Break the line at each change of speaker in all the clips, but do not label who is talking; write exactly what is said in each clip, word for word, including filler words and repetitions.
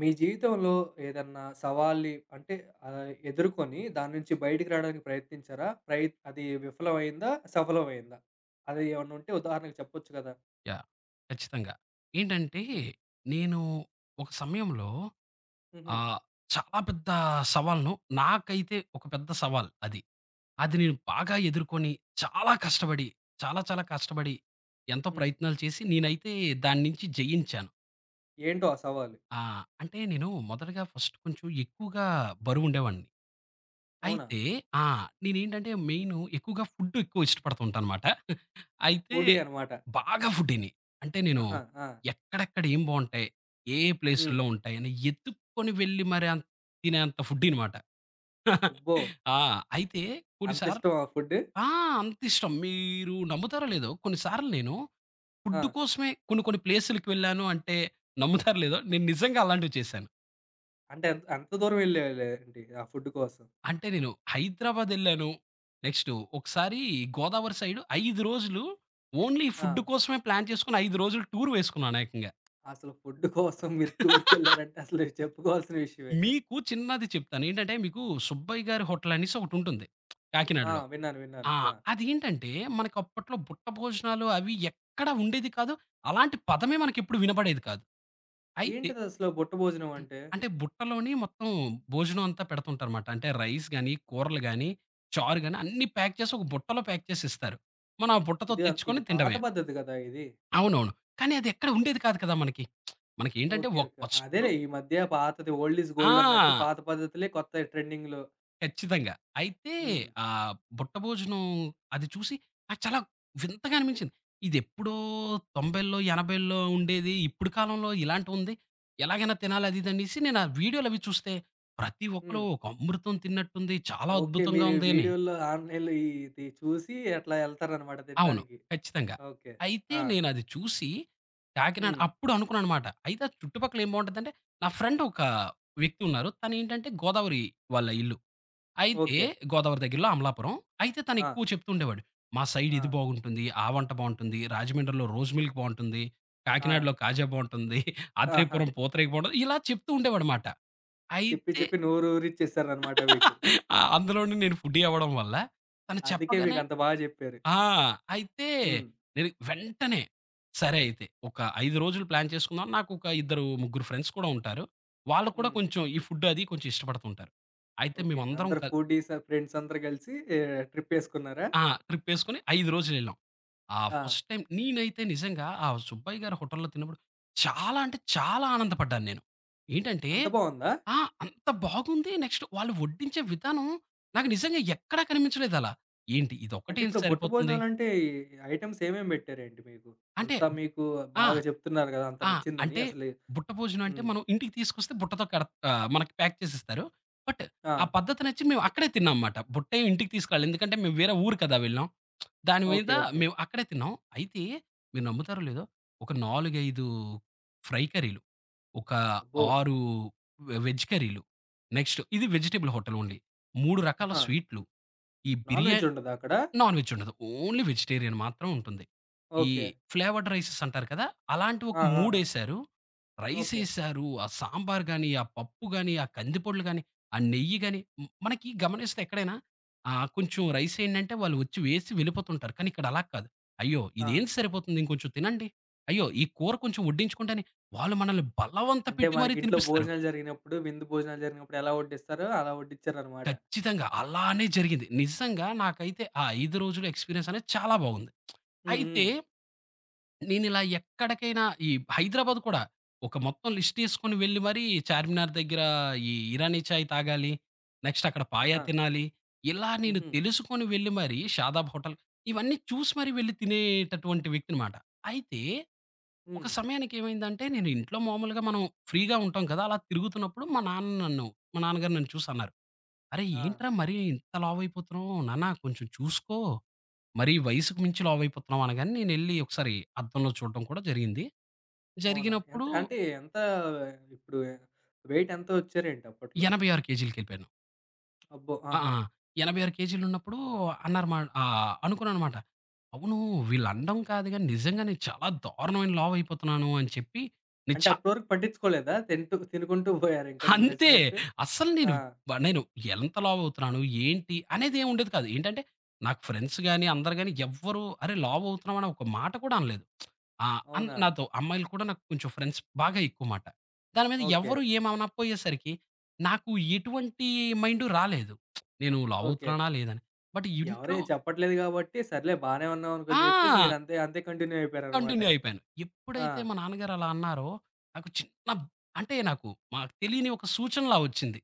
మీ జీవితంలో ఏదన్నా సవాల్ని అంటే ఆహ్, ఎదుర్కొని దాని నుంచి బయటికి రావడానికి ప్రయత్నించారా? ప్రయ అది విఫలమైందా? సఫలమైందా? అది ఏమన్నా ఉంటే ఉదాహరణకు చెప్పొచ్చు కదా?
యాహ్! ఖచ్చితంగా. ఏంటంటే,
హ్మ్.
నేను ఒక సమయంలో
హుహు.
ఆహ్, చాలా పెద్ద సవాలును నాకైతే ఒక పెద్ద సవాల్ అది. అది నేను బాగా ఎదుర్కొని, చాలా కష్టపడి, చాలా చాలా కష్టపడి, ఎంతో
హ్మ్.
ప్రయత్నాలు చేసి నేనైతే దాన్నించి జయించాను.
ఏంటో ఆ సవాలు?
ఆ! అంటే నేను మొదటగా ఫస్ట్ కొంచెం ఎక్కువగా బరువుండేవాడిని.
అవునా?
అయితే ఆ! నేనేంటంటే మెయిను ఎక్కువగా ఫుడ్ ఎక్కువ ఇష్టపడుతూ ఉంటానమాట. అయితే
ఫుడీ అనమాట.
బాగా ఫుడ్డీని. అంటే నేను
ఆహా! ఆ!
ఎక్కడెక్కడ ఏం బావుంటాయి, ఏ ఏ
హ్మ్.
ప్లేసుల్లో ఉంటాయి అని ఎతుక్కొని వెళ్లి మరి అంత్ తినేంత ఫుడ్డీనమాట.
అబ్బో!
ఆ! అయితే
అంత
కొన్నిసార్లు
ఇష్టమా ఫుడ్?
ఆ! అంతిష్టం. మీరు నమ్ముతారో లేదో కొన్ని సార్లు నేను
ఆ!
ఫుడ్ కోసమే కొన్ని కొన్ని ప్లేసులకి వెళ్ళాను అంటే నమ్ముతారో లేదో నేను నిజంగా అలాంటివి చేశాను.
అంటే అంత అంత దూరం వెళ్ళేవాళ్ళేంటి ఆ ఫుడ్ కోసం?
అంటే నేను హైదరాబాదెళ్ళాను. నెక్స్టు ఒకసారి గోదావరి సైడు ఐదు రోజులు ఓన్లీ
ఆ!
ఫుడ్ కోసమే ప్లాన్ చేసుకొని ఐదు రోజులు టూర్ వేసుకున్నాను ఏకంగా.
అసలు ఫుడ్ కోసం మీరు టూర్‌కెళ్లారంటే అసలు చెప్పుకోవాల్సిన విషయమే.
మీకు చిన్నది చెప్తాను. ఏంటంటే మీకు సుబ్బయ్య గారి హోటల్ అనేసి ఒకటుంటుంది
ఆ!
కాకినాడలో.
విన్నాను. విన్నాను.
ఆ!
ఆ!
అదేంటంటే మనకప్పట్లో బుట్ట భోజనాలు అవి ఎక్కడ ఉండేది కాదు. అలాంటి పదమే మనకెప్పుడు వినబడేది కాదు. అయితే
ఏంటిదసలు బుట్ట భోజనం అంటే?
అంటే బుట్టలోని మొత్తం భోజనం అంతా పెడుతుంటారుమాట. అంటే రైస్ గాని, కూరలు గాని, చారు గాని అన్నీ ప్యాక్ చేసి ఒక బుట్టలో ప్యాక్ చేసి ఇస్తారు. మనం ఆ బుట్టతో
ఇది అన్ ఇది
తెచ్చుకొని
పాత
తినడమే.
పద్ధతి గదా! ఇది.
అవునవును. కానీ అదెక్కడ ఉండేది కాదు కదా మనకి. మనకేంటంటే
ఓకే.
ఒక
ఓకే.
ఫస్టు
అదేలే ఈ మధ్య పాతది ఓల్డ్ ఈజ్
ఆ!
గోల్డ్ అన్నట్టు పాత పద్ధతులే కొత్త ట్రెండింగ్‌లో.
ఖచ్చితంగా. అయితే
హ్మ్.
ఆహ్, బుట్టభోజనం అది చూసి నాకు చాలా వింతగా అనిపించింది. ఇదెప్పుడో తొంభైల్లో, ఎనభైల్లో ఉండేది. ఇప్పుడు కాలంలో ఇలాంటివుంది. ఎలాగైనా తినాలి అది ఇది అనేసి నేను ఆ వీడియోలవి చూస్తే ప్రతి ఒక్కళ్ళు
హ్మ్.
ఒక అమృతం తిన్నట్టుంది. చాలా
ఓకే.
అద్భుతంగా
మీరు ఈ
ఉంది అని.
వీడియోల్లో, ఆన్‌లైన్‌లో ఇది చూసి అట్లా ఎళ్తారనమాట
అవును.
తినడానికి.
ఖచ్చితంగా.
ఓకే.
అయితే
ఆ!
నేనది చూసి కాకినాడ
హ్మ్.
అప్పుడు అనుకున్నాననమాట. అయితే ఆ చుట్టుపక్కల ఏం బావుంటదంటే, నా ఫ్రెండ్ ఒక వ్యక్తి ఉన్నారు. తనేంటంటే గోదావరి వాళ్ళ ఇల్లు. అయితే
ఓకే.
గోదావరి దగ్గరలో అమలాపురం. అయితే
ఆ!
తనెక్కువ చెప్తుండేవాడు. మా సైడ్
ఆ!
ఇది బాగుంటుంది, ఆ వంట బావుంటుంది, రాజమండ్రిలో రోజ్ మిల్క్ బావుంటుంది,
ఆ!
కాకినాడలో కాజా బావుంటుంది,
ఆహా!
ఆత్రేయపురం పూతరేకు బావుంటది. ఇలా చెప్తూ ఉండేవాడమాట.
చెప్పి
అయితే
చెప్పి నోరూరిచ్చేసారనమాట మీకు.
ఆ! అందులోను నేను ఫుడ్డీ అవ్వడం వల్ల తను
అందుకే
చెప్పగానే
మీకంత బాగా జెప్పారు.
ఆ! అయితే
హ్మ్.
నేను వెంటనే సరే అయితే ఒక ఐదు రోజులు ప్లాన్ చేసుకుందాం. నాకొక ఇద్దరు, ముగ్గురు ఫ్రెండ్స్ కూడా ఉంటారు. వాళ్ళు కూడా
హ్మ్.
కొంచెం ఈ ఫుడ్ అది కొంచెం ఇష్టపడుతుంటారు. అయితే
ఓకే.
మేమందరం
అందరు
కల్
ఫుడీస్ ఫ్రెండ్స్ అందరూ గలిసి ట్రిప్పేసుకున్నారా?
ఆ! ట్రిప్పేసుకొని ఐదు రోజులెళ్ళాం. ఆ!
ఆ!
ఫస్ట్ టైమ్ నేనైతే నిజంగా ఆ సుబ్బయ్య గారి హోటల్‌లో తిన్నప్పుడు చాలా అంటే చాలా ఆనందపడ్డాను నేను. ఏంటంటే
అంత బావుందా?
ఆ! అంత బాగుంది. నెక్స్ట్ వాళ్ళు వడ్డించే విధానం నాకు నిజంగా ఎక్కడా కనిపించలేదలా. ఏంటి
అంటే
ఇదొక్కటేం
ఇప్పుడు బుట్ట
సరిపోతుంది?
భోజనాలంటే ఈ ఐటెమ్స్ ఏమేమి పెట్టారేంటి మీకు?
అంటే
అంతా మీకు
ఆ!
బాగా చెప్తున్నారు గదా! అంత
ఆ!
నచ్చిందని
అంటే
అసలు
బుట్ట భోజనం అంటే
హ్మ్.
మనం ఇంటికి తీసుకొస్తే బుట్టతో కడ ఆహ్, మనకి ప్యాక్ చేసిస్తారు. బట్
ఆ!
ఆ పద్ధతి నచ్చి మేము అక్కడే తిన్నామమాట. బుట్టే ఇంటికి తీసుకురాలేదు. ఎందుకంటే మేము వేరే ఊరు కదా వెళ్ళాం. దాని
ఓకే.
మీద
ఓకే.
మేము అక్కడే తిన్నాం. అయితే మీరు నమ్ముతారో లేదో ఒక నాలుగు, ఐదు ఫ్రై కర్రీలు, ఒక
అబ్బో!
ఆరు వె వెజ్ కర్రీలు, నెక్స్ట్ ఇది వెజిటబుల్ హోటల్ ఓన్లీ. మూడు రకాల
ఆహా!
స్వీట్లు, ఈ బిర్యా
నాన్‌వెజ్ ఉండదా అక్కడ?
నాన్ వెజ్ ఉండదు. ఓన్లీ వెజిటేరియన్ మాత్రం ఉంటుంది. ఈ
ఓకే.
ఫ్లేవర్డ్ రైసెస్ అంటారు కదా! అలాంటివి ఒక
ఆ! ఆ! ఆ!
మూడేశారు.
ఓకే.
రైసేశారు, ఆ సాంబార్ గాని, ఆ పప్పు గాని, ఆ కందిపొడులు గాని, ఆ నెయ్యి గాని, మ్ మనకి గమనిస్తే ఎక్కడైనా ఆహ్, కొంచెం రైస్ ఏంటంటే వాళ్ళు వచ్చి వేసి వెళ్ళిపోతుంటారు. కానీ ఇక్కడ అలా కాదు. "అయ్యో!
ఆ!
ఇదేం సరిపోతుంది ఇంకొంచెం తినండి. అయ్యో! ఈ కూర కొంచెం వడ్డించుకోండి" అని వాళ్ళు మనల్ని బలవంత
అంటే
పెట్టి మరీ
మనకి ఇంట్లో
తినిపిస్తారు.
భోజనాలు జరిగినప్పుడు, విందు భోజనాలు జరిగినప్పుడు ఎలా వడ్డిస్తారో అలా వడ్డిచ్చారనమాట.
ఖచ్చితంగా అలానే జరిగింది. నిజంగా నాకైతే ఆ ఐదు రోజుల ఎక్స్‌పీరియన్స్ అనేది చాలా బాగుంది.
హ్మ్.
అయితే
హ్మ్.
నేనిలా ఎక్కడికైనా ఈ హైదరాబాద్ కూడా ఒక మొత్తం లిస్ట్ తీసుకొని వెళ్ళి మరీ చార్మినార్ దగ్గర ఈ ఇరానీ చాయ్ తాగాలి. నెక్స్ట్ అక్కడ పాయ
ఆహా!
తినాలి. ఇలా నేను
హుహు.
తెలుసుకొని వెళ్ళి మరి షాదాబ్ హోటల్ ఇవన్నీ చూసి మరి వెళ్లి తినేటటువంటి వ్యక్తినమాట. అయితే ఒక
హ్మ్.
సమయానికేమైందంటే నేను ఇంట్లో మామూలుగా మనం ఫ్రీగా ఉంటాం కదా! అలా తిరుగుతున్నప్పుడు మా నాన్న నన్ను మా నాన్నగారు నన్ను చూసి అన్నారు. "అరె!
ఆ!
ఏంట్రా మరీ ఇంత లావయిపోతున్నావు నాన్న కొంచెం చూసుకో." మరీ వయసుకు మించి లావయిపోతున్నాం అనగానే నేనెళ్ళి ఒకసారి అద్దంలో చూడడం కూడా జరిగింది.
అవునా? ఎంత
జరిగినప్పుడు
అంటే ఎంత ఇప్పుడు వెయిట్ ఎంత వచ్చారేంటి అప్పట్లో?
ఎనభై ఆరు కేజీలకెళ్ళిపోయాను.
అబ్బో!
ఆ! ఆ!
ఆహా!
ఎనభై ఆరు కేజీలున్నప్పుడు అన్నారు మా ఆహ్, అనుకున్నాననమాట. అవును వీళ్ళనడం కాదు గానీ నిజంగా నేను చాలా దారుణమైన లావయిపోతున్నాను అని చెప్పి నేను
అంటే
చా
అప్పటివరకు పట్టించుకోలేదా? తింటూ తినుకుంటూ పోయారు ఇంకా మీకు
అంతే.
నచ్చినట్టు?
అస్సలు
ఆ!
నేను వ నేను ఎంత లావవుతున్నాను, ఏంటి అనేదేం ఉండేది కాదు. ఏంటంటే, నాకు ఫ్రెండ్స్ గాని, అందరు గాని ఎవ్వరు "అరే! లావవుతున్నావు" అని ఒక మాట కూడా అనలేదు. ఆ! అన్
అవునా?
నాతో అమ్మాయిలు కూడా నాకు కొంచెం ఫ్రెండ్స్ బాగా ఎక్కువ మాట. దాని మీద
ఓకే.
ఎవ్వరు ఏమనకపోయేసరికి, నాకు ఎటువంటి మైండు రాలేదు. నేను
ఓకే.
లావవుతున్నానా? లేదని. బట్ ఇంట్లో
ఎవరేం చెప్పట్లేదు గాబట్టి, సర్లే బానే ఉన్నాం
ఆ!
అనుకోని జెప్పేసి మీరు అంతే, అంతే కంటిన్యూ అయిపోయారనమాట.
కంటిన్యూ అయిపోయాను.
ఆ!
ఎప్పుడైతే మా నాన్నగారు అలా అన్నారో, నాకు చిన్న అంటే నాకు మాకు తెలియని ఒక సూచనలా వచ్చింది.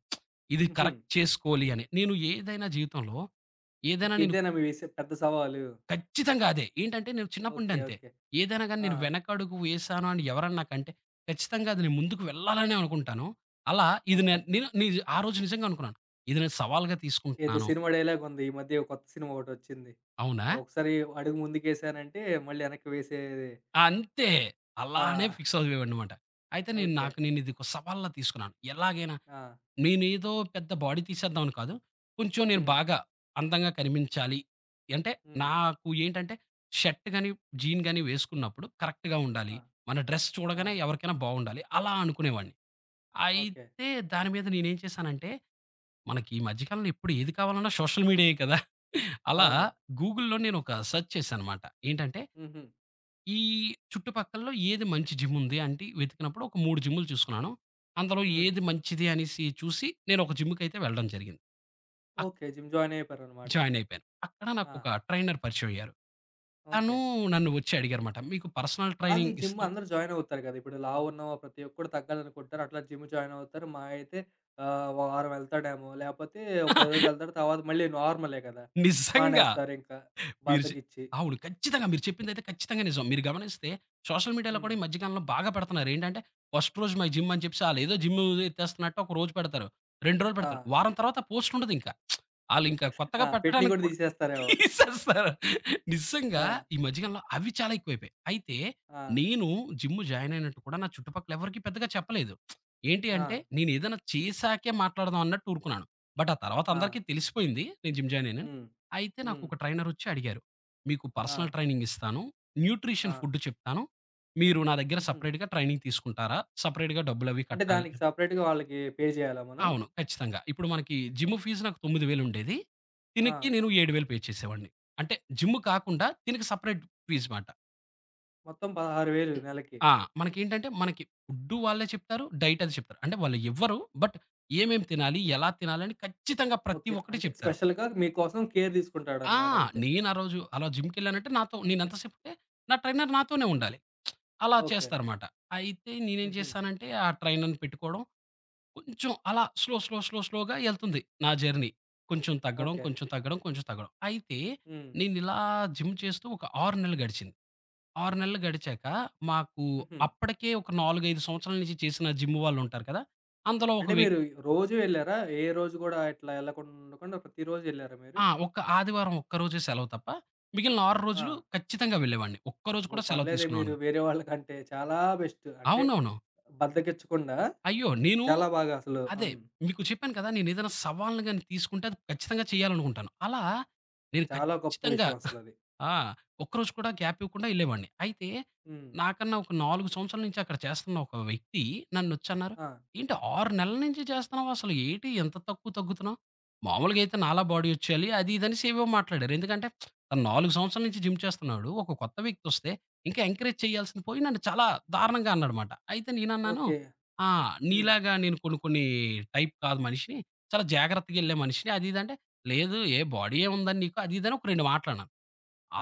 ఇది
హుహు.
కరెక్ట్ చేసుకోవాలి అని. నేను ఏదైనా జీవితంలో, ఏదైనా
ఓకే.
నేను
ఇదేనా మీ విసే పెద్ద సవాలు?
ఖచ్చితంగా అదే. ఏంటంటే నేను చిన్నప్పటి నుండి
ఓకే.
అంతే.
ఓకే.
ఏదైనా గాని
ఆ!
నేను వెనకడుగు వేశాను అని ఎవరన్నా నాకంటే, ఖచ్చితంగా అది నేను ముందుకు వెళ్ళాలనే అనుకుంటాను. అలా ఇది నే
ఓకే.
నేను నిజ ఆ రోజు నిజంగా అనుకున్నాను. ఇది నేను సవాల్‌గా
ఏదో
తీసుకుంటున్నాను.
సినిమా డైలాగుంది. ఈ మధ్య కొత్త సినిమా ఒకటొచ్చింది.
అవునా?
ఆహ్, ఒకసారి అడుగు ముందుకేసానంటే మళ్ళీ వెనక్కి వేసేది.
అంతే.
ఆ!
అలానే ఫిక్స్ అయిపోయానన్నమాట. అయితే నేను
ఓకే.
నాకు నేను ఇది ఒక సవాల్‌లా తీసుకున్నాను. ఎలాగైనా
ఆ!
నేనేదో పెద్ద బాడీ తీసేద్దాం అని కాదు. కొంచెం నేను
హ్మ్.
బాగా అందంగా కనిపించాలి. అంటే
హ్మ్.
నాకు ఏంటంటే షర్ట్ గాని, జీన్ గాని వేసుకున్నప్పుడు కరెక్ట్‌గా ఉండాలి.
ఆ!
మన డ్రెస్
ఆ!
చూడగానే ఎవరికైనా బాగుండాలి. అలా అనుకునేవాడిని.
ఓకే.
అయితే దాని మీద నేనేం చేశానంటే మనకి ఈ మధ్య కాలంలో ఎప్పుడు ఏది కావాలన్నా సోషల్ మీడియాయే కదా! అలా
అవును.
గూగుల్‌లో నేను ఒక సెర్చ్ చేశాననమాట. ఏంటంటే
హుహు.
ఈ చుట్టుపక్కల్లో ఏది మంచి జిమ్ ఉంది అంటే వెతికినప్పుడు ఒక మూడు జిమ్‌లు చూసుకున్నాను. అందులో
హ్మ్.
ఏది మంచిది అనేసి చూసి నేను ఒక జిమ్‌కైతే వెళ్ళడం జరిగింది. అక్
ఓకే. జిమ్ జాయిన్ అయిపోయారనమాట.
జాయిన్ అయిపోయాను. అక్కడ
ఆ!
నాకొక ట్రైనర్ పరిచయం అయ్యారు. తను
ఓకే.
నన్ను వచ్చి అడిగారన్నమాట. "మీకు పర్సనల్
కాదు
ట్రైనింగ్
జిమ్
ఇస్తాం."
అందరూ జాయిన్ అవుతారు కదా! ఇప్పుడు లావున్న ప్రతి ఒక్కడు తగ్గాలనుకుంటారు. అట్లా జిమ్ జాయిన్ అవుతారు. మహా అయితే ఆహ్, వారం వెళ్తాడేమో, లేపోతే ఓ పది రోజులు వెళ్తాడు. తర్వాత మళ్ళీ నార్మలే కదా!
నిజంగా.
మానేస్తారింకా
మీరు చె
బద్ధకిచ్చి.
అవును. ఖచ్చితంగా మీరు చెప్పిందైతే ఖచ్చితంగా నిజం. మీరు గమనిస్తే సోషల్ మీడియాలో కూడా
హ్మ్.
ఈ మధ్య కాలంలో బాగా పెడుతున్నారు. ఏంటంటే ఫస్ట్ రోజు మై జిమ్ అని చెప్పేసి ఆళ్ళేదో జిమ్ ఎత్తేస్తున్నట్టు ఒక రోజు పెడతారు. రెండు రోజులు
ఆ!
పెడతారు. వారం తర్వాత ఆ పోస్ట్ ఉండదింక. ఆళ్ళింకా
ఆ!
కొత్తగా
పెట్‌ని
పెట్టడానికి
కూడా
కూడా
తీసేస్తారేమో.
తీసేస్తారు.
ఆ!
నిజంగా ఈ మధ్య కాలంలో అవి చాలా ఎక్కువైపోయాయి. అయితే
ఆ!
నేను జిమ్ జాయిన్ అయినట్టు కూడా నా చుట్టుపక్కల ఎవరికీ పెద్దగా చెప్పలేదు. ఏంటి అంటే
ఆ!
నేనేదైనా చేశాకే మాట్లాడదాం అన్నట్టు ఊరుకున్నాను. బట్ ఆ తర్వాత
ఆ!
అందరికీ తెలిసిపోయింది నేను జిమ్ జాయిన్ అయ్యానని.
హ్మ్.
అయితే
హ్మ్.
నాకొక ట్రైనరొచ్చి అడిగారు. "మీకు
ఆ!
పర్సనల్ ట్రైనింగ్ ఇస్తాను.
ఆ!
న్యూట్రిషన్ ఫుడ్ చెప్తాను. మీరు నా దగ్గర
హుహు.
సెపరేట్‌గా ట్రైనింగ్ తీసుకుంటారా? సెపరేట్‌గా డబ్బులవి
అంటే
కట్టాలి."
దానికి సెపరేట్‌గా వాళ్ళకి పే చేయాలా మనం?
అవును. ఖచ్చితంగా. ఇప్పుడు మనకి జిమ్
ఓకే.
ఫీజు నాకు తొమ్మిది వేలు ఉండేది.
ఆ!
తినికి నేను ఏడు వేలు పే చేసేవాడిని. అంటే జిమ్ కాకుండా తినికి సెపరేట్ ఫీజ్ మాట.
మొత్తం పదహారు వేలు నెలకి.
ఆ! మనకేంటంటే మనకి ఫుడ్డు వాళ్ళే చెప్తారు. డైట్ అది చెప్తారు. అంటే వాళ్ళు ఇవ్వరు. బట్ ఏమేం తినాలి? ఎలా తినాలి? అని ఖచ్చితంగా ప్రతి
ఓకే.
ఒక్కటి
అంటే
చెప్తారు.
స్పెషల్‌గా మీకోసం కేర్
ఆ!
తీసుకుంటాడనమాట అంతే.
నేనా రోజు అలా జిమ్‌కెళ్ళానంటే నాతో నేనెంత సేపంటే నా ట్రైనర్ నాతోనే ఉండాలి. అలా
ఓకే.
చేస్తారమాట. అయితే నేనేం
హుహు.
చేశానంటే ఆ ట్రైనర్‌ని పెట్టుకోవడం కొంచెం అలా స్లో, స్లో, స్లో, స్లోగా ఎళ్తుంది నా జర్నీ. కొంచెం తగ్గడం,
ఓకే.
కొంచెం తగ్గడం, కొంచెం తగ్గడం. అయితే
హ్మ్.
నేనిలా జిమ్ చేస్తూ ఒక ఆరు నెలలు గడిచింది. ఆరు నెలలు గడిచాక మాకు
హుహు.
అప్పటికే ఒక నాలుగు, ఐదు సంవత్సరాల నుంచి చేసిన జిమ్ వాళ్ళుంటారు కదా! అందులో ఒక
అంటే
వ్యక్
మీరు రోజూ ఎళ్లారా? ఏ రోజు గూడా ఇట్లా ఎళ్ళకుండా ఉండకుండా ప్రతిరోజు ఎళ్లారా మీరు?
ఆ! ఒక్క ఆదివారం ఒక్కరోజే సెలవు తప్ప మిగిలిన ఆరు
ఆ!
రోజులు ఖచ్చితంగా వెళ్ళేవాడిని. ఒక్కరోజు
ఓ
కూడా సెలవు
పర్లేదే మీరు
తీసుకునేవాడిని
వేరే వాళ్ళకంటే చాలా బెస్ట్. అంటే
అవునవును.
బద్ధకిచ్చకుండా
అయ్యో! నేను
చాలా బాగా అసలు
అదే
హ్మ్.
మీకు చెప్పాను కదా! నేనేదైనా సవాల్ని గాని తీసుకుంటే అది ఖచ్చితంగా చేయాలనుకుంటాను. అలా నేను
చాలా గొప్ప
ఖచ్చితంగా
విషయం అసలది.
ఆ! ఒక్కరోజు కూడా గ్యాప్ ఇవ్వకుండా ఎళ్ళేవాడిని. అయితే
హ్మ్.
నాకన్నా ఒక నాలుగు సంవత్సరాల నుంచి అక్కడ చేస్తున్న ఒక వ్యక్తి నన్నొచ్చన్నారు,
ఆ!
"ఏంటి ఆరు నెలల నుంచి చేస్తున్నావు అసలు ఏటి ఎంత తక్కువ తగ్గుతున్నావు? మామూలుగా అయితే నాలా బాడీ ఒచ్చేయాలి" అది ఇది అనేసి ఏవేవో మాట్లాడారు. ఎందుకంటే తను నాలుగు సంవత్సరాల నుంచి జిమ్ చేస్తున్నాడు. ఒక కొత్త వ్యక్తొస్తే ఇంకా ఎంకరేజ్ చేయాల్సింది పోయి నన్ను చాలా దారుణంగా అన్నాడమాట. అయితే నేనన్నాను
ఓకే.
ఆ!
హ్మ్.
నీలాగా నేను కొన్ని కొన్ని టైప్ కాదు మనిషిని. చాలా జాగ్రత్తగా ఎళ్ళే మనిషిని. అది ఇది అంటే, లేదు ఏ బాడీ ఏముందని నీకు అది ఇది అని ఒక రెండు మాటలన్నాను.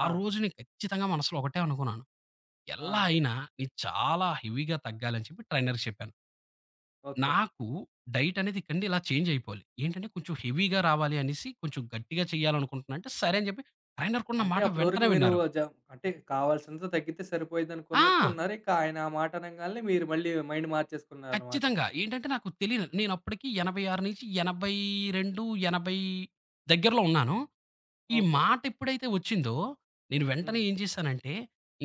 ఆ రోజు నేను ఖచ్చితంగా మనసులో ఒకటే అనుకున్నాను.
ఆ!
ఎలా అయినా నేను చాలా హెవీగా తగ్గాలని చెప్పి ట్రైనర్‌కి చెప్పాను.
ఓకే.
నాకు డైట్ అనేది ఇక్కడి నుండి ఇలా చేంజ్ అయిపోవాలి. ఏంటంటే కొంచెం హెవీగా రావాలి అనేసి కొంచెం గట్టిగా చేయాలనుకుంటున్నా అంటే, సరే అని చెప్పి ట్రైనర్ కూడా నా
అంటే
మాట
అప్పటివరకు
వెంటనే
మీరు
విన్నారు.
జ అంటే కావాల్సినంత తగ్గితే
ఆ!
సరిపోయిద్దనుకున్నట్టు ఉన్నారు. ఇక ఆయన ఆ మాట అనంగాల్నే మీరు మళ్ళీ మైండ్ మార్చేసుకున్నారనమాట.
ఖచ్చితంగా. ఏంటంటే నాకు తెలియదు. నేను అప్పటికి ఎనభై ఆరు నుంచి ఎనభై రెండు, ఎనభై దగ్గరలో ఉన్నాను. ఈ
ఓకే.
మాట ఎప్పుడైతే వచ్చిందో, నేను వెంటనే
హ్మ్.
ఏం చేశానంటే,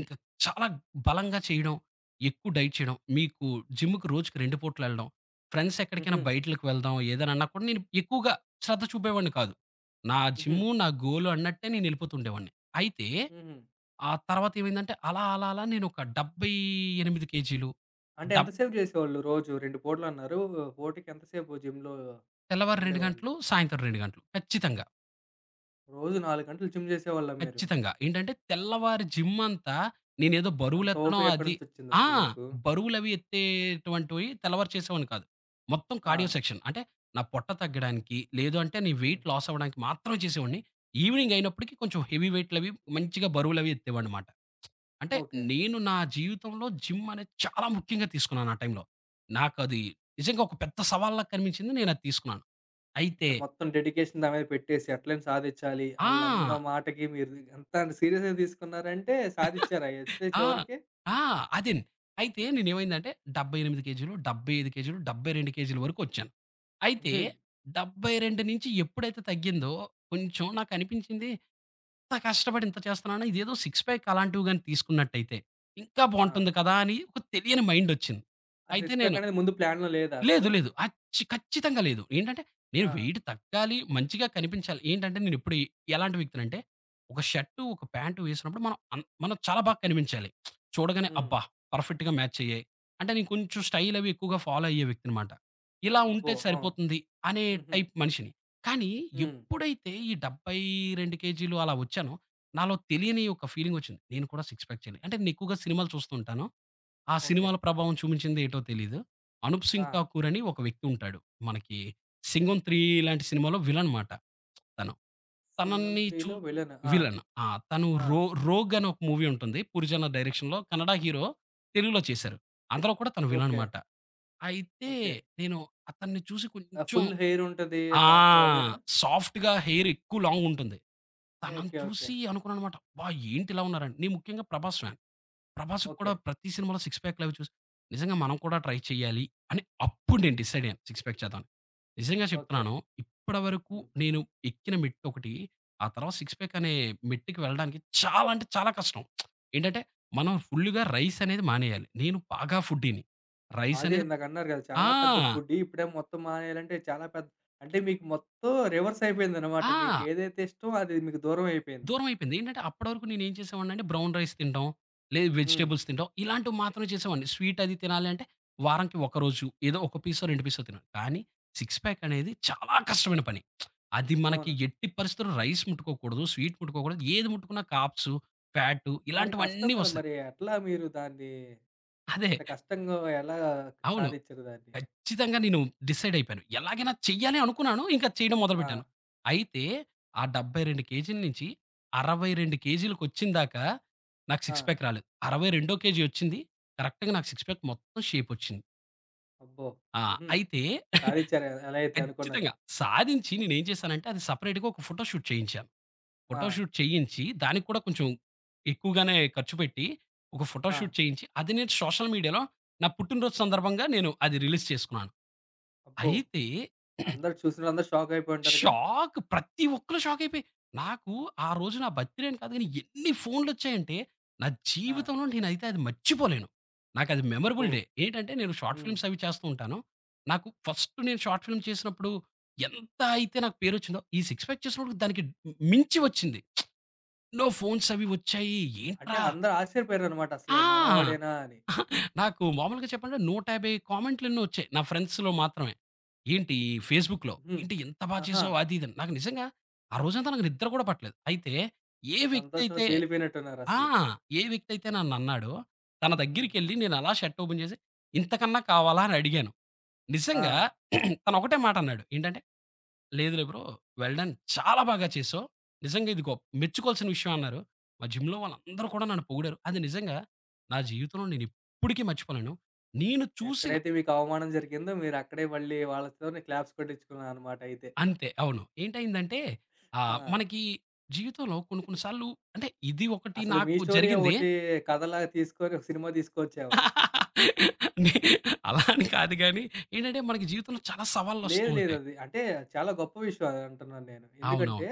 ఇంకా చాలా బలంగా చేయడం, ఎక్కువ డైట్ చేయడం, మీకు జిమ్‌కి రోజుకి రెండు పూటలు వెళ్ళడం, ఫ్రెండ్స్ ఎక్కడికైనా
హుహు.
బయటలకి వెళ్దాం ఏదైనా అన్నా కూడా నేను ఎక్కువగా శ్రద్ధ చూపేవాడిని కాదు. నా
హుహు.
జిమ్ము, నా గోల్ అన్నట్టే నేను ఎళ్ళిపోతుండేవాడిని. అయితే
హుహు.
ఆ తర్వాత ఏమైందంటే అలా, అలా, అలా నేను ఒక డెబ్బై ఎనిమిది కేజీలు
అంటే
డబ్
ఎంతసేపు చేసేవాళ్ళు రోజు? రెండు పూటలన్నారు. పూటకి ఎంతసేపు జిమ్‌లో
తెల్లవారు రెండు
ఉండేవాళ్ళు?
గంటలు, సాయంత్రం రెండు గంటలు ఖచ్చితంగా.
రోజు నాలుగు గంటలు జిమ్ చేసేవాళ్ళా మీరు?
ఖచ్చితంగా. ఏంటంటే తెల్లవారి జిమ్ అంతా నేనేదో
అంత
బరువులెత్తడం
ఓపిక
అది ఆ!
ఎక్కడినుంచొచ్చిందసలు మీకు?
బరువులవి ఎత్తేటువంటివి తెల్లవారు చేసేవాడిని కాదు. మొత్తం కార్డియో
ఆ!
సెక్షన్. అంటే నా పొట్ట తగ్గడానికి, లేదు అంటే నీ
హ్మ్.
వెయిట్ లాస్ అవ్వడానికి మాత్రమే చేసేవాడిని. ఈవినింగ్ అయినప్పటికి కొంచెం హెవీ వెయిట్‌లవి మంచిగా బరువులవి ఎత్తేవాడినమాట. అంటే
ఓకే.
నేను నా జీవితంలో జిమ్ అనేది చాలా ముఖ్యంగా తీసుకున్నాను ఆ టైంలో. నాకది నిజంగా ఒక పెద్ద సవాల్లా కనిపించింది. నేనది తీసుకున్నాను. అయితే
అంటే మొత్తం డెడికేషన్ దాని మీద పెట్టేసి ఎట్లైనా సాధిచ్చాలి.
ఆ!
ఆళ్ళందరి మాటకి మీరు ఎంత సీరియస్‌గా తీసుకున్నారంటే సాధిచ్చారా అయితే
ఆ!
చివరికి?
ఆ! అదేండి. అయితే నేనేమైందంటే డెబ్బై ఎనిమిది కేజీలు, డెబ్బై ఐదు కేజీలు, డెబ్బై రెండు కేజీల వరకొచ్చాను. అయితే
హుహు.
డెబ్బై రెండు నుంచి ఎప్పుడైతే తగ్గిందో కొంచెం నాకనిపించింది ఇంత కష్టపడి ఇంత చేస్తున్నాను ఇదేదో సిక్స్ ప్యాక్ అలాంటివి గాని తీసుకున్నట్టయితే ఇంకా
ఆ!
బావుంటుంది కదా! అని ఒక తెలియని మైండొచ్చింది.
ఆ
అయితే
సిక్స్ ప్యాక్
నేను
అనేది ముందు ప్లాన్‌లో లేదా అసలు?
లేదు. లేదు. అచ్చి ఖచ్చితంగా లేదు. ఏంటంటే, నేను
ఆ!
వెయిట్ తగ్గాలి, మంచిగా కనిపించాలి. ఏంటంటే, నేనెప్పుడు ఎలాంటి వ్యక్తినంటే, ఒక షర్టు, ఒక ప్యాంటు వేసినప్పుడు మనం అన్ మనం చాలా బాగా కనిపించాలి. చూడగానే
హ్మ్.
అబ్బా! పర్ఫెక్ట్‌గా మ్యాచ్ అయ్యాయి. అంటే నేను కొంచెం స్టైల్ అవి ఎక్కువగా ఫాలో అయ్యే వ్యక్తినమాట. ఇలా
అబ్బో!
ఉంటే
ఆ!
సరిపోతుంది అనే
హుహు.
టైప్ మనిషిని. కానీ
హ్మ్.
ఎప్పుడైతే ఈ డెబ్బై రెండు కేజీలు అలా వచ్చానో, నాలో తెలియని ఒక ఫీలింగొచ్చింది. నేను కూడా సిక్స్ ప్యాక్ చేయాలి. అంటే నేను ఎక్కువగా సినిమాలు చూస్తూ ఉంటాను. ఆ
ఓకే.
సినిమాల ప్రభావం చూపించింది ఏటో తెలీదు. 'అనూప్
ఆ!
సింగ్ ఠాకూర్' అని ఒక వ్యక్తి ఉంటాడు. మనకి 'సింగం త్రీ' లాంటి సినిమాలో విలన్ మాట తను.
'సింగం
తనని చూ
3లో' విలన్. ఆ!
విలన్. ఆ! తను
ఆ!
రో 'రోగ్' అని ఒక మూవీ ఉంటుంది. 'పూరిజన్న' డైరెక్షన్‌లో కన్నడ హీరో తెలుగులో చేశారు. అందులో కూడా తను విలన్
ఓకే.
మాట. అయితే
ఓకే.
నేను అతన్ని చూసి
ఆ!
కొంచెం
ఫుల్ హెయిర్ ఉంటది
ఆ!
దాంట్లో అదేనా?
సాఫ్ట్‌గా హెయిర్ ఎక్కువ లాంగ్ ఉంటుంది. తనని
ఓకే. ఓకే.
చూసి అనుకున్నానన్నమాట. అబ్బా! ఏంటి ఇలా ఉన్నారని. నేను ముఖ్యంగా ప్రభాస్ ఫ్యాన్. 'ప్రభాస్‌కి' కూడా
ఓకే.
ప్రతి సినిమాలో సిక్స్ ప్యాక్‌లవి చూసి, నిజంగా మనం కూడా ట్రై చేయాలి అని అప్పుడు నేను
హ్మ్.
డిసైడ్ అయ్యాను సిక్స్ ప్యాక్ చేద్దామని. నిజంగా
ఓకే.
చెప్తున్నాను ఇప్పటివరకు
హ్మ్.
నేను ఎక్కిన మెట్టొకటి, ఆ తర్వాత సిక్స్ ప్యాక్ అనే మెట్టుకి వెళ్ళడానికి చాలా అంటే చాలా కష్టం. ఏంటంటే మనం ఫుల్‌గా రైస్ అనేది మానేయాలి. నేను బాగా ఫుడ్డీని. రైస్
అదే
అనేది
ఇందాకన్నారు గదా!
ఆ!
చాలా పెద్ద ఫుడ్డీ. ఇప్పుడేమో మొత్తం మానేయాలంటే చాలా పెద్ద అంటే మీకు మొత్తం రివర్స్ అయిపోయిందనమాట. మీకు
ఆ!
ఏదైతే ఇష్టమో అది మీకు దూరం అయిపోయింది.
దూరం అయిపోయింది. ఏంటంటే అప్పటివరకు నేనేం చేసేవాడినంటే బ్రౌన్ రైస్ తింటాం, లేదు
హ్మ్.
వెజిటబుల్స్ తింటాం. ఇలాంటివి మాత్రమే చేసేవాడిని. స్వీట్ అది తినాలి అంటే వారానికి ఒక రోజు ఏదో ఒక పీసో, రెండు పీసో తినాలి. కానీ సిక్స్ ప్యాక్ అనేది చాలా కష్టమైన పని. అది మనకి
అవును.
ఎట్టి పరిస్థితుల్లో రైస్ ముట్టుకోకూడదు, స్వీట్ ముట్టుకోకూడదు. ఏది ముట్టుకున్నా కార్బ్స్, ఫ్యాటు
మరి కష్టం
ఇలాంటివన్నీ
గదా!
వస్తాయి.
మరి ఎట్లా మీరు దాన్ని
అదే
అంత కష్టంగా ఎలా
అవును.
సాధిచ్చారు దాన్ని?
ఖచ్చితంగా నేను డిసైడ్ అయిపోయాను. ఎలాగైనా చెయ్యాలి అనుకున్నాను. ఇంకా చేయడం
ఆ!
మొదలుపెట్టాను. అయితే ఆ డెబ్బై రెండు కేజీల నుంచి అరవై రెండు కేజీలకొచ్చిన దాకా నాకు
ఆ!
సిక్స్ ప్యాక్ రాలేదు. అరవై రెండు కేజీ వచ్చింది. కరెక్ట్‌గా నాకు సిక్స్ ప్యాక్ మొత్తం షేప్ వచ్చింది.
అబ్బో!
ఆ!
హుహు.
అయితే
సాధిచ్చారు ఎ ఎలా అయితే అనుకున్నది.
ఖచ్చితంగా సాధించి నేనేం చేశానంటే అది సెపరేట్‌గా ఒక ఫోటో షూట్ చేయించాను.
ఆ!
ఫోటో షూట్ చేయించి దానికి కూడా కొంచెం ఎక్కువగానే ఖర్చు పెట్టి ఒక ఫోటో
ఆ!
షూట్ చేయించి అది నేను సోషల్ మీడియాలో నా పుట్టినరోజు సందర్భంగా నేను అది రిలీజ్ చేసుకున్నాను.
అబ్బో!
అయితే
అందరూ చూసినోళ్ళందరూ షాకయిపోయి ఉంటారుగా?
షాక్. ప్రతి ఒక్కళ్ళు షాకయిపోయి నాకు ఆ రోజు నా బర్త్‌డే అని కాదు గానీ, ఎన్ని ఫోన్‌లొచ్చాయంటే, నా
ఆ!
జీవితంలో నేనైతే అది మర్చిపోలేను. నాకది
అబ్బో!
Memorable day. ఏంటంటే, నేను షార్ట్
హ్మ్.
ఫిల్మ్స్ అవి చేస్తూ ఉంటాను. నాకు ఫస్ట్ నేను షార్ట్ ఫిల్మ్ చేసినప్పుడు ఎంత అయితే నాకు పేరొచ్చిందో, ఈ 'సిక్స్ ప్యాక్' చేసినప్పుడు దానికి మించి వచ్చింది. ఎన్నో ఫోన్స్ అవి వచ్చాయి.
అంటే
ఏంట్రా
అందరూ ఆశ్చర్యపోయారనమాట అసలు
ఆ!
మనవాడేనా అని.
నాకు మామూలుగా చెప్పాలంటే నూట యాభై కామెంట్లు ఎన్నో వచ్చాయి. నా ఫ్రెండ్స్‌లో మాత్రమే. ఏంటి ఫేస్‌బుక్‌లో,
హ్మ్.
ఏంటి ఎంత బా
ఆహా!
చేసావు అది ఇది అని. నాకు నిజంగా ఆ రోజంతా నాకు నిద్ర కూడా పట్టలేదు. అయితే ఏ వ్యక్తి
సంతోషంలో
అయితే ఆ!
తేలిపోయినట్టున్నారసలు.
ఏ వ్యక్తి అయితే నన్నన్నాడో తన
హ్మ్.
దగ్గరికెళ్ళి నేను అలా షర్ట్ ఓపెన్ చేసి, ఇంతకన్నా కావాలా అని అడిగాను.
ఆ!
నిజంగా తను ఒకటే మాట అన్నాడు. ఏంటంటే లేదులే బ్రో. Well done. చాలా బాగా చేశావు. నిజంగా ఇది గొప్ మెచ్చుకోవాల్సిన విషయం అన్నారు. మా జిమ్‌లో వాళ్ళందరూ కూడా నన్ను పొగిడారు. అది నిజంగా నా జీవితంలో నేనెప్పటికీ మర్చిపోలేను. నేను చూసిన
ఎక్కడైతే మీకు అవమానం జరిగిందో మీరక్కడే మళ్ళీ వాళ్ళతోనే క్లాప్స్ కొట్టించుకున్నారనమాట అయితే.
అంతే అవును. ఏంటయిందంటే
ఆ!
ఆహ్, మనకి జీవితంలో కొన్ని కొన్ని సార్లు అంటే ఇది ఒకటి
అసలు మీ
నాకు
స్టోరీయే
జరిగింది.
ఒకటి కథలాగా తీసుకొని ఒక సినిమా తీసుకొచ్చేమో.
నే అలా అని కాదు గానీ ఏంటంటే మనకి జీవితంలో చాలా సవాళ్ళొస్తూ
లేదు లేదు.
ఉంటాయి.
అది అంటే చాలా గొప్ప విషయం అది అంటున్నాను నేను. ఎందుకంటే
అవునవును.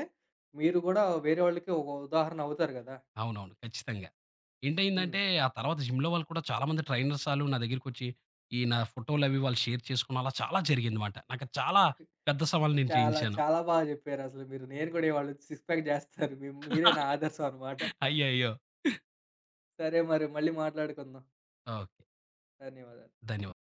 మీరు గూడా వేరే వాళ్ళకి ఒక ఉదాహరణ అవుతారు గదా!
అవునవును. ఖచ్చితంగా.
హ్మ్.
ఏంటయిందంటే, ఆ తర్వాత జిమ్‌లో వాళ్ళు కూడా చాలామంది ట్రైనర్స్ ఆళ్ళు నా దగ్గరికొచ్చి, ఈ నా ఫోటోలవి వాళ్ళు షేర్ చేసుకున్న అలా చాలా జరిగిందిమాట. నాకు అది చాలా పెద్ద సవాలు నేను
చాలా
జయించాను.
చాలా బాగా జెప్పారసలు మీరు. నేను కూడా ఇవాళ వచ్చి సిక్స్ ప్యాక్ జేస్తాను. మీ మీరే నా ఆదర్శం అనమాట.
అయ్యయ్యో!
సరే మరి మళ్ళీ మాట్లాడుకుందాం.
ఓకే.
ధన్యవాదాలు.
ధన్యవాదాలు.